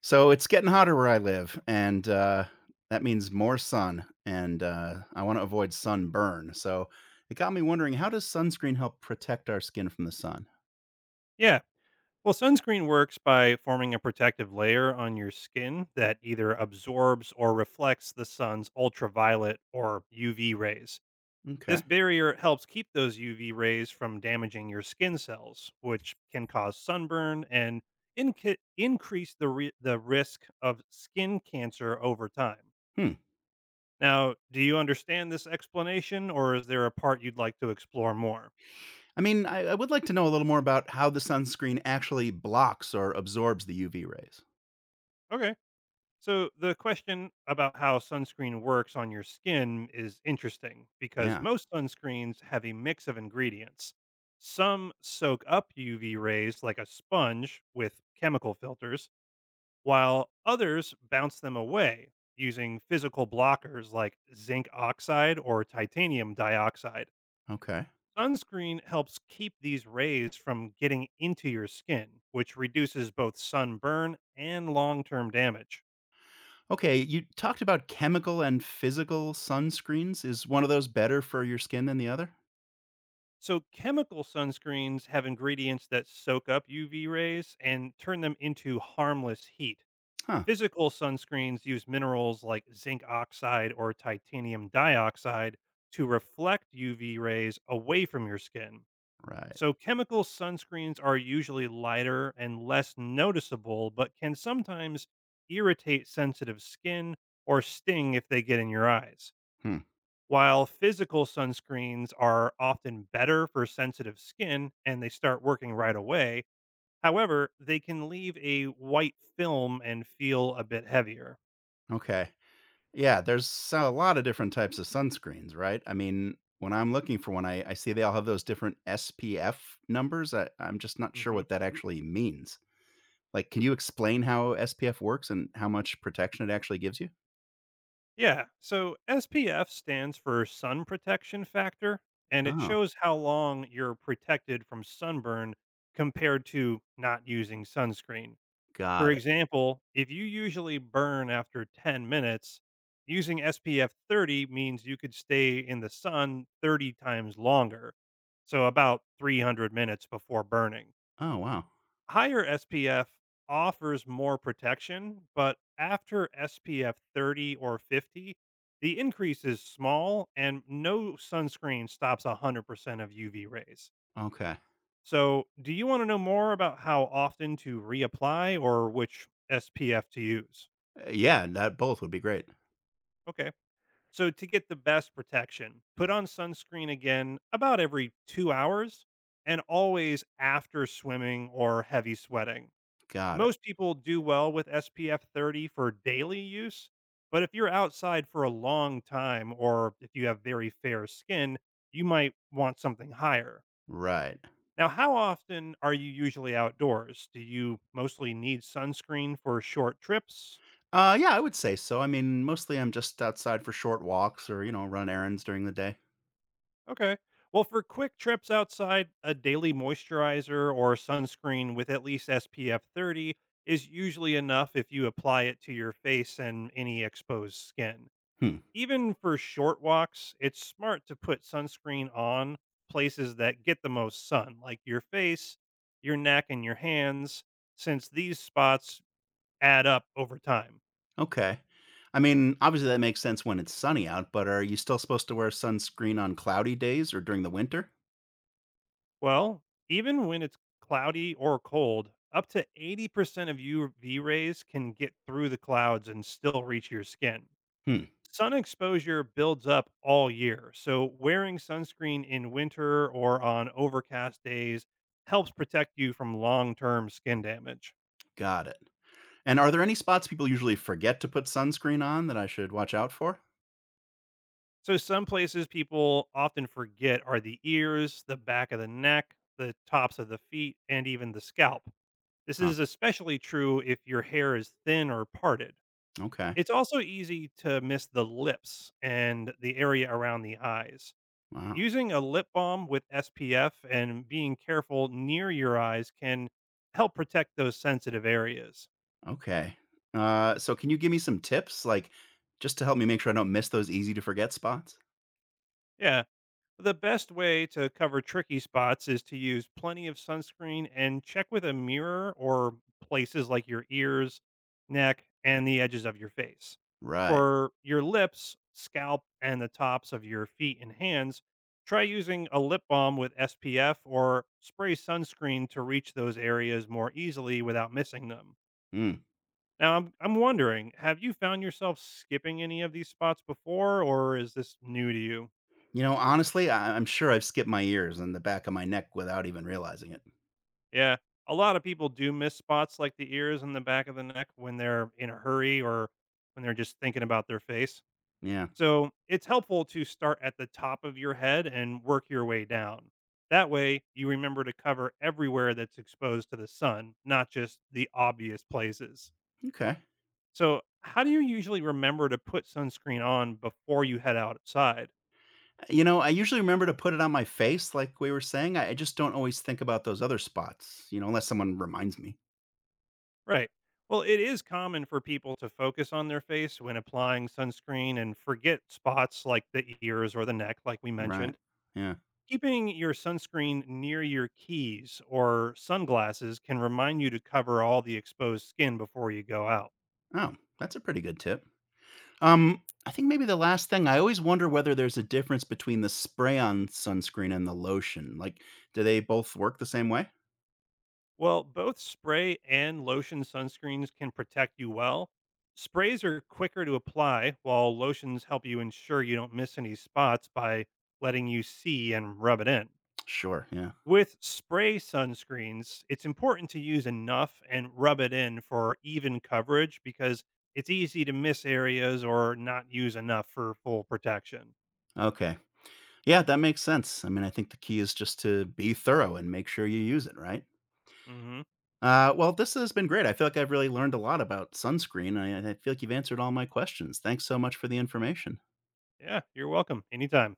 So it's getting hotter where I live, and that means more sun. And I want to avoid sunburn. So it got me wondering, how does sunscreen help protect our skin from the sun? Yeah. Well, sunscreen works by forming a protective layer on your skin that either absorbs or reflects the sun's ultraviolet or UV rays. This Okay. barrier helps keep those UV rays from damaging your skin cells, which can cause sunburn and increase the risk of skin cancer over time. Hmm. Now, do you understand this explanation or is there a part you'd like to explore more? I mean, I would like to know a little more about how the sunscreen actually blocks or absorbs the UV rays. Okay. So, the question about how sunscreen works on your skin is interesting because Yeah. most sunscreens have a mix of ingredients. Some soak up UV rays like a sponge with chemical filters, while others bounce them away using physical blockers like zinc oxide or titanium dioxide. Okay. Sunscreen helps keep these rays from getting into your skin, which reduces both sunburn and long term damage. Okay. You talked about chemical and physical sunscreens. Is one of those better for your skin than the other? So, chemical sunscreens have ingredients that soak up UV rays and turn them into harmless heat. Huh. Physical sunscreens use minerals like zinc oxide or titanium dioxide to reflect UV rays away from your skin. Right. So, chemical sunscreens are usually lighter and less noticeable, but can sometimes irritate sensitive skin or sting if they get in your eyes. Hmm. While physical sunscreens are often better for sensitive skin and they start working right away, however, they can leave a white film and feel a bit heavier. Okay. Yeah, there's so a lot of different types of sunscreens, right? I mean, when I'm looking for one, I see they all have those different SPF numbers. I'm just not sure Hmm. what that actually means. Like, can you explain how SPF works and how much protection it actually gives you? Yeah, so SPF stands for sun protection factor, and it Oh, shows how long you're protected from sunburn compared to not using sunscreen. For got it. example, if you usually burn after 10 minutes, using SPF 30 means you could stay in the sun 30 times longer, so about 300 minutes before burning. Oh, wow. Higher SPF offers more protection, but after SPF 30 or 50, the increase is small and no sunscreen stops 100% of UV rays. Okay. So, do you want to know more about how often to reapply or which SPF to use? Yeah, that both would be great. Okay. So, to get the best protection, put on sunscreen again about every 2 hours and always after swimming or heavy sweating. Got it. Most people do well with SPF 30 for daily use, but if you're outside for a long time or if you have very fair skin, you might want something higher. Right. Now, how often are you usually outdoors? Do you mostly need sunscreen for short trips? Yeah, I would say so. I mean, mostly I'm just outside for short walks or, you know, run errands during the day. Okay. Well, for quick trips outside, a daily moisturizer or sunscreen with at least SPF 30 is usually enough if you apply it to your face and any exposed skin. Hmm. Even for short walks, it's smart to put sunscreen on places that get the most sun, like your face, your neck, and your hands, since these spots add up over time. Okay. I mean, obviously that makes sense when it's sunny out, but are you still supposed to wear sunscreen on cloudy days or during the winter? Well, even when it's cloudy or cold, up to 80% of UV rays can get through the clouds and still reach your skin. Hmm, Sun exposure builds up all year, so wearing sunscreen in winter or on overcast days helps protect you from long term skin damage. got it. And are there any spots people usually forget to put sunscreen on that I should watch out for? So, some places people often forget are the ears, the back of the neck, the tops of the feet, and even the scalp. This Huh. is especially true if your hair is thin or parted. Okay. It's also easy to miss the lips and the area around the eyes. Wow. Using a lip balm with SPF and being careful near your eyes can help protect those sensitive areas. Okay. So can you give me some tips, like just to help me make sure I don't miss those easy to forget spots? Yeah, the best way to cover tricky spots is to use plenty of sunscreen and check with a mirror or places like your ears, neck, and the edges of your face. Right. For your lips, scalp, and the tops of your feet and hands, try using a lip balm with SPF or spray sunscreen to reach those areas more easily without missing them. Hmm. Now, I'm wondering, have you found yourself skipping any of these spots before, or is this new to you? You know, honestly, I'm sure I've skipped my ears and the back of my neck without even realizing it. Yeah. A lot of people do miss spots like the ears and the back of the neck when they're in a hurry or when they're just thinking about their face. Yeah. So it's helpful to start at the top of your head and work your way down. That way, you remember to cover everywhere that's exposed to the sun, not just the obvious places. Okay. So, how do you usually remember to put sunscreen on before you head outside? You know, I usually remember to put it on my face, like we were saying. I just don't always think about those other spots, you know, unless someone reminds me. Right. Well, it is common for people to focus on their face when applying sunscreen and forget spots like the ears or the neck, like we Right. mentioned. Yeah. Keeping your sunscreen near your keys or sunglasses can remind you to cover all the exposed skin before you go out. Oh, that's a pretty good tip. I think maybe the last thing, I always wonder whether there's a difference between the spray on sunscreen and the lotion. Like, do they both work the same way? Well, both spray and lotion sunscreens can protect you well. Sprays are quicker to apply, while lotions help you ensure you don't miss any spots by letting you see and rub it in. Sure. Yeah. With spray sunscreens, it's important to use enough and rub it in for even coverage because it's easy to miss areas or not use enough for full protection. Okay. Yeah, that makes sense. I mean, I think the key is just to be thorough and make sure you use it, right? Hmm. Well, this has been great. I feel like I've really learned a lot about sunscreen. I feel like you've answered all my questions. Thanks so much for the information. Yeah, you're welcome. Anytime.